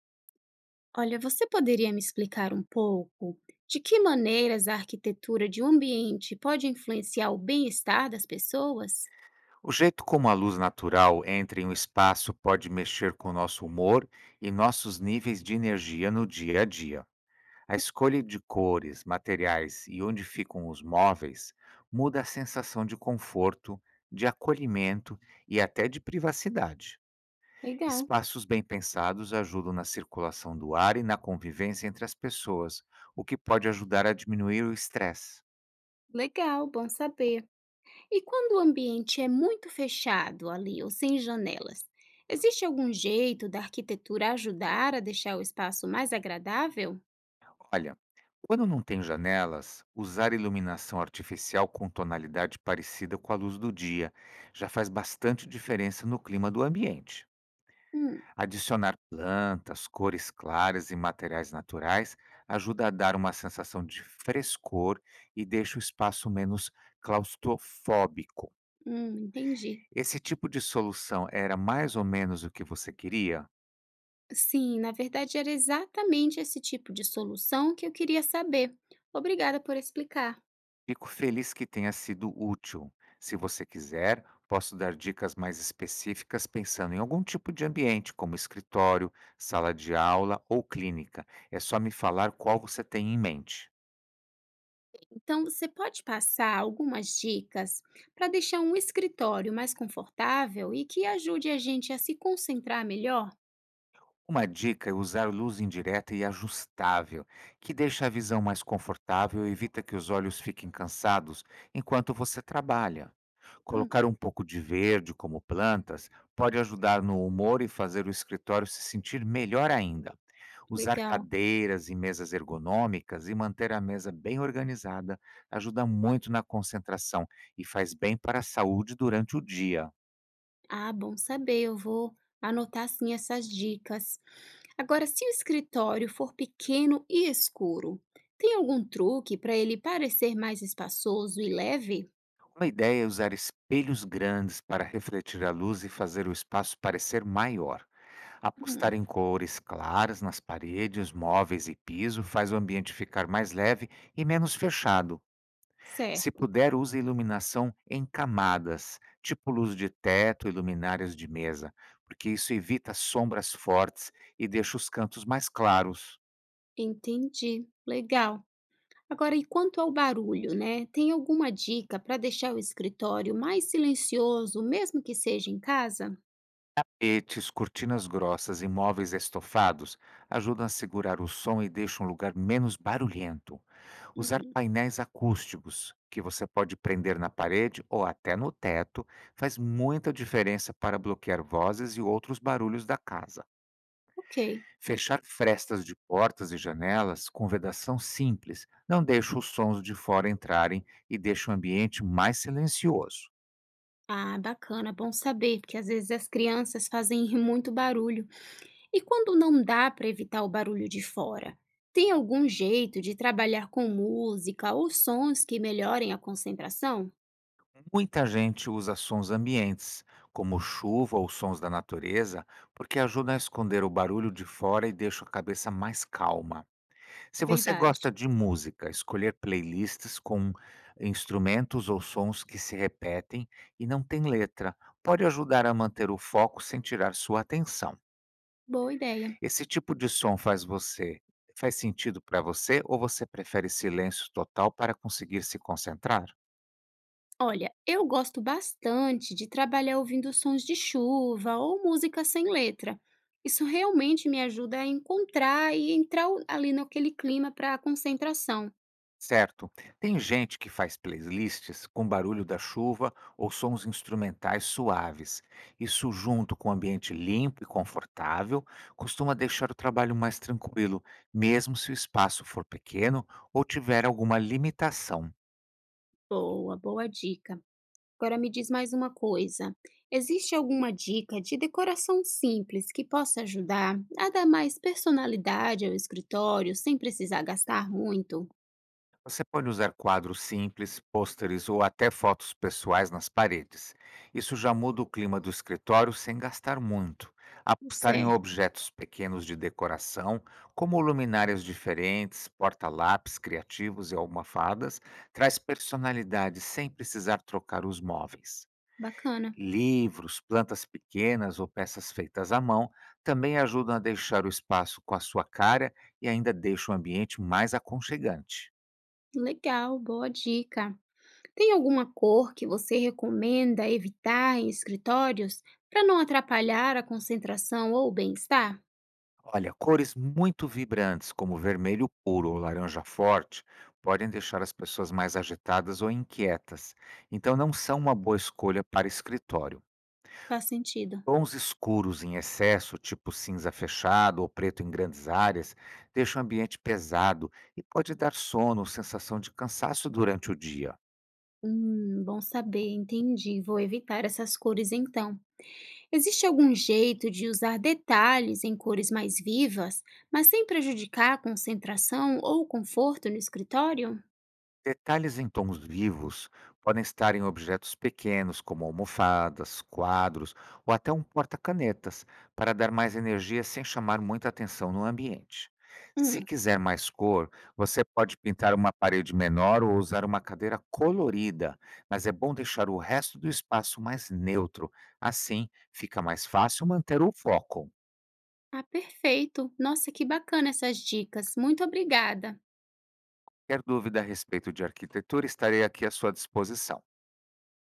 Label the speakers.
Speaker 1: Olha, você poderia me explicar um pouco de que maneiras a arquitetura de um ambiente pode influenciar o bem-estar das pessoas?
Speaker 2: O jeito como a luz natural entra em um espaço pode mexer com nosso humor e nossos níveis de energia no dia a dia. A escolha de cores, materiais e onde ficam os móveis muda a sensação de conforto, de acolhimento e até de privacidade.
Speaker 1: Legal,
Speaker 2: Espaços bem pensados ajudam na circulação do ar e na convivência entre as pessoas, o que pode ajudar a diminuir o estresse.
Speaker 1: legal, bom saber. E quando o ambiente é muito fechado ali ou sem janelas, existe algum jeito da arquitetura ajudar a deixar o espaço mais agradável?
Speaker 2: Olha, quando não tem janelas, usar iluminação artificial com tonalidade parecida com a luz do dia já faz bastante diferença no clima do ambiente.
Speaker 1: Hum,
Speaker 2: Adicionar plantas, cores claras e materiais naturais ajuda a dar uma sensação de frescor e deixa o espaço menos claustrofóbico.
Speaker 1: entendi.
Speaker 2: Esse tipo de solução era mais ou menos o que você queria?
Speaker 1: Sim, na verdade era exatamente esse tipo de solução que eu queria saber. Obrigada por explicar.
Speaker 2: Fico feliz que tenha sido útil. Se você quiser, posso dar dicas mais específicas pensando em algum tipo de ambiente, como escritório, sala de aula ou clínica. É só me falar qual você tem em mente.
Speaker 1: Então, você pode passar algumas dicas para deixar um escritório mais confortável e que ajude a gente a se concentrar melhor?
Speaker 2: Uma dica é usar luz indireta e ajustável, que deixa a visão mais confortável e evita que os olhos fiquem cansados enquanto você trabalha.
Speaker 1: Hum,
Speaker 2: Colocar um pouco de verde, como plantas, pode ajudar no humor e fazer o escritório se sentir melhor ainda. Usar
Speaker 1: legal.
Speaker 2: cadeiras e mesas ergonômicas e manter a mesa bem organizada ajuda muito na concentração e faz bem para a saúde durante o dia.
Speaker 1: Ah, bom saber, eu vou anotar sim essas dicas. Agora, se o escritório for pequeno e escuro, tem algum truque para ele parecer mais espaçoso e leve?
Speaker 2: A ideia é usar espelhos grandes para refletir a luz e fazer o espaço parecer maior. Apostar
Speaker 1: Hum,
Speaker 2: em cores claras nas paredes, móveis e piso faz o ambiente ficar mais leve e menos fechado. Se
Speaker 1: certo.
Speaker 2: puder, use iluminação em camadas, tipo luz de teto e luminárias de mesa, porque isso evita sombras fortes e deixa os cantos mais claros.
Speaker 1: Entendi. Legal. Agora, e quanto ao barulho, né? Tem alguma dica para deixar o escritório mais silencioso, mesmo que seja em casa?
Speaker 2: Etes, cortinas grossas e móveis estofados ajudam a segurar o som e deixam o lugar menos barulhento. Usar
Speaker 1: Uhum.
Speaker 2: painéis acústicos, que você pode prender na parede ou até no teto, faz muita diferença para bloquear vozes e outros barulhos da casa.
Speaker 1: Ok.
Speaker 2: Fechar frestas de portas e janelas com vedação simples não deixa os sons de fora entrarem e deixa o ambiente mais silencioso.
Speaker 1: Ah, bacana, bom saber, porque às vezes as crianças fazem muito barulho. E quando não dá para evitar o barulho de fora? Tem algum jeito de trabalhar com música ou sons que melhorem a concentração?
Speaker 2: Muita gente usa sons ambientes, como chuva ou sons da natureza, porque ajuda a esconder o barulho de fora e deixa a cabeça mais calma. Se você
Speaker 1: Verdade.
Speaker 2: gosta de música, escolher playlists com instrumentos ou sons que se repetem e não tem letra pode ajudar a manter o foco sem tirar sua atenção.
Speaker 1: Boa ideia.
Speaker 2: Esse tipo de som faz você Faz sentido para você ou você prefere silêncio total para conseguir se concentrar?
Speaker 1: Olha, eu gosto bastante de trabalhar ouvindo sons de chuva ou música sem letra. Isso realmente me ajuda a encontrar e entrar ali naquele clima para concentração.
Speaker 2: Certo. Tem gente que faz playlists com barulho da chuva ou sons instrumentais suaves. Isso, junto com um ambiente limpo e confortável, costuma deixar o trabalho mais tranquilo, mesmo se o espaço for pequeno ou tiver alguma limitação.
Speaker 1: Boa, boa dica. Agora me diz mais uma coisa. Existe alguma dica de decoração simples que possa ajudar a dar mais personalidade ao escritório sem precisar gastar muito?
Speaker 2: Você pode usar quadros simples, pôsteres ou até fotos pessoais nas paredes. Isso já muda o clima do escritório sem gastar muito. Apostar em
Speaker 1: Certo,
Speaker 2: objetos pequenos de decoração, como luminárias diferentes, porta-lápis criativos e almofadas, traz personalidade sem precisar trocar os móveis.
Speaker 1: bacana.
Speaker 2: Livros, plantas pequenas ou peças feitas à mão também ajudam a deixar o espaço com a sua cara e ainda deixa o ambiente mais aconchegante.
Speaker 1: Legal, boa dica. Tem alguma cor que você recomenda evitar em escritórios para não atrapalhar a concentração ou o bem-estar?
Speaker 2: Olha, cores muito vibrantes, como vermelho puro ou laranja forte, podem deixar as pessoas mais agitadas ou inquietas, então não são uma boa escolha para escritório.
Speaker 1: Faz sentido.
Speaker 2: Tons escuros em excesso, tipo cinza fechado ou preto em grandes áreas, deixam o ambiente pesado e pode dar sono ou sensação de cansaço durante o dia.
Speaker 1: Bom saber, entendi. Vou evitar essas cores então. Existe algum jeito de usar detalhes em cores mais vivas, mas sem prejudicar a concentração ou o conforto no escritório?
Speaker 2: Detalhes em tons vivos podem estar em objetos pequenos, como almofadas, quadros ou até um porta-canetas, para dar mais energia sem chamar muita atenção no ambiente. Se
Speaker 1: Hum,
Speaker 2: quiser mais cor, você pode pintar uma parede menor ou usar uma cadeira colorida, mas é bom deixar o resto do espaço mais neutro. Assim, fica mais fácil manter o foco.
Speaker 1: ah, perfeito. Nossa, que bacana essas dicas. Muito obrigada.
Speaker 2: Quer dúvida a respeito de arquitetura, estarei aqui à sua disposição.